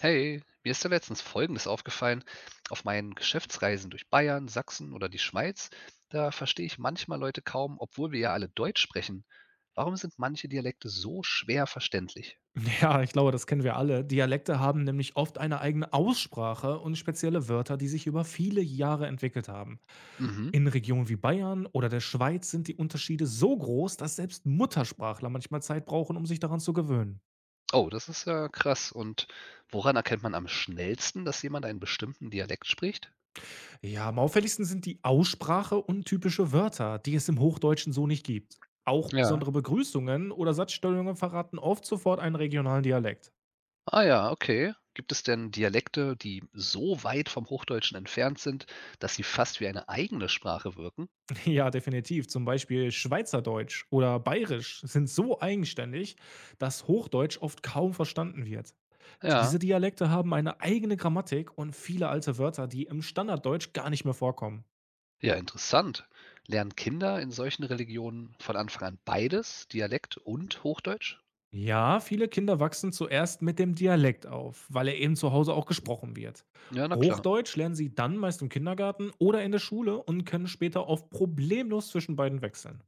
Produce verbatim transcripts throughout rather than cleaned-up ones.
Hey, mir ist da letztens Folgendes aufgefallen. Auf meinen Geschäftsreisen durch Bayern, Sachsen oder die Schweiz, da verstehe ich manchmal Leute kaum, obwohl wir ja alle Deutsch sprechen. Warum sind manche Dialekte so schwer verständlich? Ja, ich glaube, das kennen wir alle. Dialekte haben nämlich oft eine eigene Aussprache und spezielle Wörter, die sich über viele Jahre entwickelt haben. Mhm. In Regionen wie Bayern oder der Schweiz sind die Unterschiede so groß, dass selbst Muttersprachler manchmal Zeit brauchen, um sich daran zu gewöhnen. Oh, das ist ja krass. Und woran erkennt man am schnellsten, dass jemand einen bestimmten Dialekt spricht? Ja, am auffälligsten sind die Aussprache und typische Wörter, die es im Hochdeutschen so nicht gibt. Auch Ja. besondere Begrüßungen oder Satzstellungen verraten oft sofort einen regionalen Dialekt. Ah ja, okay. Gibt es denn Dialekte, die so weit vom Hochdeutschen entfernt sind, dass sie fast wie eine eigene Sprache wirken? Ja, definitiv. Zum Beispiel Schweizerdeutsch oder Bayerisch sind so eigenständig, dass Hochdeutsch oft kaum verstanden wird. Diese Ja. Dialekte haben eine eigene Grammatik und viele alte Wörter, die im Standarddeutsch gar nicht mehr vorkommen. Ja, interessant. Lernen Kinder in solchen Religionen von Anfang an beides, Dialekt und Hochdeutsch? Ja, viele Kinder wachsen zuerst mit dem Dialekt auf, weil er eben zu Hause auch gesprochen wird. Ja, na klar. Hochdeutsch lernen sie dann meist im Kindergarten oder in der Schule und können später oft problemlos zwischen beiden wechseln.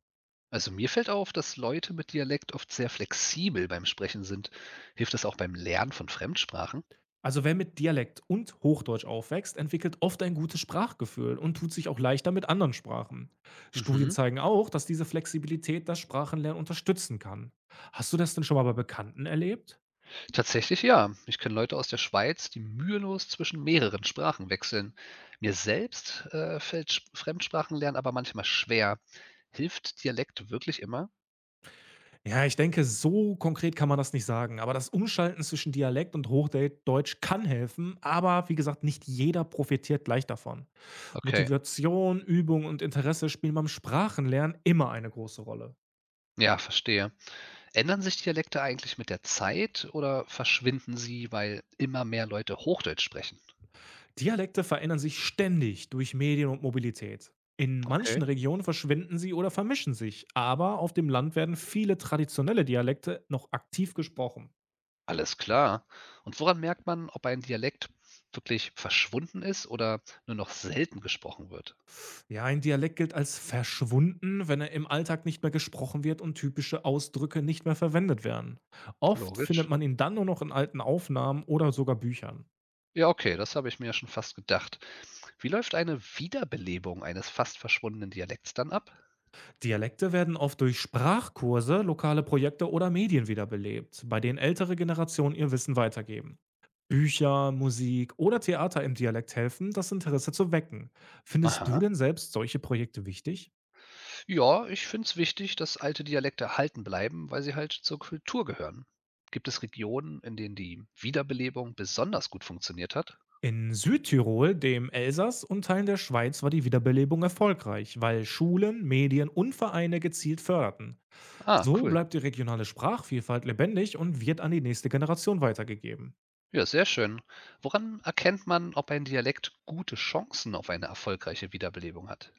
Also mir fällt auf, dass Leute mit Dialekt oft sehr flexibel beim Sprechen sind. Hilft das auch beim Lernen von Fremdsprachen? Also wer mit Dialekt und Hochdeutsch aufwächst, entwickelt oft ein gutes Sprachgefühl und tut sich auch leichter mit anderen Sprachen. Studien Mhm. zeigen auch, dass diese Flexibilität das Sprachenlernen unterstützen kann. Hast du das denn schon mal bei Bekannten erlebt? Tatsächlich ja. Ich kenne Leute aus der Schweiz, die mühelos zwischen mehreren Sprachen wechseln. Mir selbst äh, fällt Sch- Fremdsprachenlernen aber manchmal schwer. Hilft Dialekt wirklich immer? Ja, ich denke, so konkret kann man das nicht sagen, aber das Umschalten zwischen Dialekt und Hochdeutsch kann helfen, aber wie gesagt, nicht jeder profitiert gleich davon. Okay, Motivation, Übung und Interesse spielen beim Sprachenlernen immer eine große Rolle. ja, verstehe. Ändern sich Dialekte eigentlich mit der Zeit oder verschwinden sie, weil immer mehr Leute Hochdeutsch sprechen? Dialekte verändern sich ständig durch Medien und Mobilität. In manchen Okay. Regionen verschwinden sie oder vermischen sich, aber auf dem Land werden viele traditionelle Dialekte noch aktiv gesprochen. Alles klar. Und woran merkt man, ob ein Dialekt wirklich verschwunden ist oder nur noch selten gesprochen wird? Ja, ein Dialekt gilt als verschwunden, wenn er im Alltag nicht mehr gesprochen wird und typische Ausdrücke nicht mehr verwendet werden. Oft findet Logisch. man ihn dann nur noch in alten Aufnahmen oder sogar Büchern. Ja, okay, das habe ich mir ja schon fast gedacht. Wie läuft eine Wiederbelebung eines fast verschwundenen Dialekts dann ab? Dialekte werden oft durch Sprachkurse, lokale Projekte oder Medien wiederbelebt, bei denen ältere Generationen ihr Wissen weitergeben. Bücher, Musik oder Theater im Dialekt helfen, das Interesse zu wecken. Findest du Aha. denn selbst solche Projekte wichtig? Ja, ich finde es wichtig, dass alte Dialekte erhalten bleiben, weil sie halt zur Kultur gehören. Gibt es Regionen, in denen die Wiederbelebung besonders gut funktioniert hat? In Südtirol, dem Elsass und Teilen der Schweiz war die Wiederbelebung erfolgreich, weil Schulen, Medien und Vereine gezielt förderten. Ah, So cool. bleibt die regionale Sprachvielfalt lebendig und wird an die nächste Generation weitergegeben. Ja, sehr schön. Woran erkennt man, ob ein Dialekt gute Chancen auf eine erfolgreiche Wiederbelebung hat?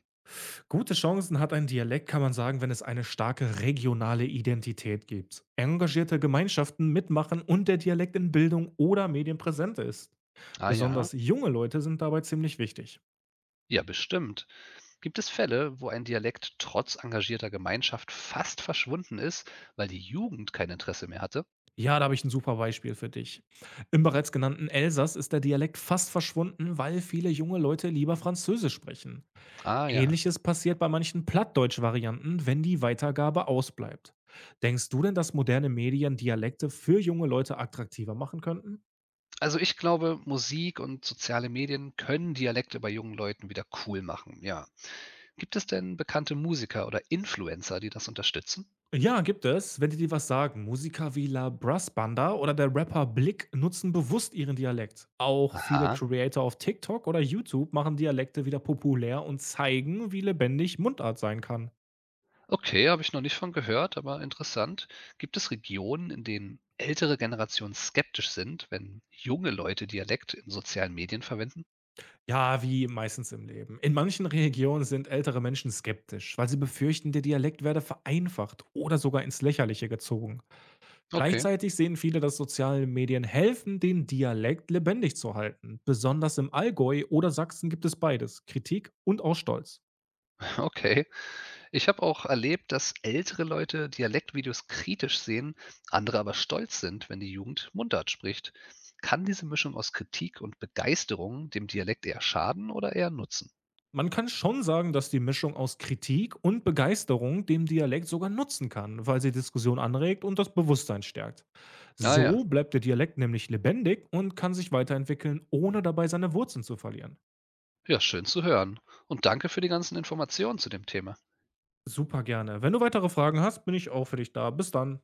Gute Chancen hat ein Dialekt, kann man sagen, wenn es eine starke regionale Identität gibt, engagierte Gemeinschaften mitmachen und der Dialekt in Bildung oder Medien präsent ist. Ah ja, Besonders junge Leute sind dabei ziemlich wichtig. ja, bestimmt. Gibt es Fälle, wo ein Dialekt trotz engagierter Gemeinschaft fast verschwunden ist, weil die Jugend kein Interesse mehr hatte? Ja, da habe ich ein super Beispiel für dich. Im bereits genannten Elsass ist der Dialekt fast verschwunden, weil viele junge Leute lieber Französisch sprechen. Ah ja. Ähnliches passiert bei manchen Plattdeutsch-Varianten, wenn die Weitergabe ausbleibt. Denkst du denn, dass moderne Medien Dialekte für junge Leute attraktiver machen könnten? Also ich glaube, Musik und soziale Medien können Dialekte bei jungen Leuten wieder cool machen, ja. Gibt es denn bekannte Musiker oder Influencer, die das unterstützen? Ja, gibt es. Wenn die dir was sagen, Musiker wie La Brassbanda oder der Rapper Blick nutzen bewusst ihren Dialekt. Auch viele Aha. Creator auf TikTok oder YouTube machen Dialekte wieder populär und zeigen, wie lebendig Mundart sein kann. Okay, habe ich noch nicht von gehört, aber interessant. Gibt es Regionen, in denen ältere Generationen skeptisch sind, wenn junge Leute Dialekt in sozialen Medien verwenden? Ja, wie meistens im Leben. In manchen Regionen sind ältere Menschen skeptisch, weil sie befürchten, der Dialekt werde vereinfacht oder sogar ins Lächerliche gezogen. Okay, Gleichzeitig sehen viele, dass soziale Medien helfen, den Dialekt lebendig zu halten. Besonders im Allgäu oder Sachsen gibt es beides, Kritik und auch Stolz. okay. Ich habe auch erlebt, dass ältere Leute Dialektvideos kritisch sehen, andere aber stolz sind, wenn die Jugend Mundart spricht. Kann diese Mischung aus Kritik und Begeisterung dem Dialekt eher schaden oder eher nutzen? Man kann schon sagen, dass die Mischung aus Kritik und Begeisterung dem Dialekt sogar nutzen kann, weil sie Diskussion anregt und das Bewusstsein stärkt. Naja, ja, So bleibt der Dialekt nämlich lebendig und kann sich weiterentwickeln, ohne dabei seine Wurzeln zu verlieren. ja, schön zu hören. Und danke für die ganzen Informationen zu dem Thema. Super gerne. Wenn du weitere Fragen hast, bin ich auch für dich da. Bis dann.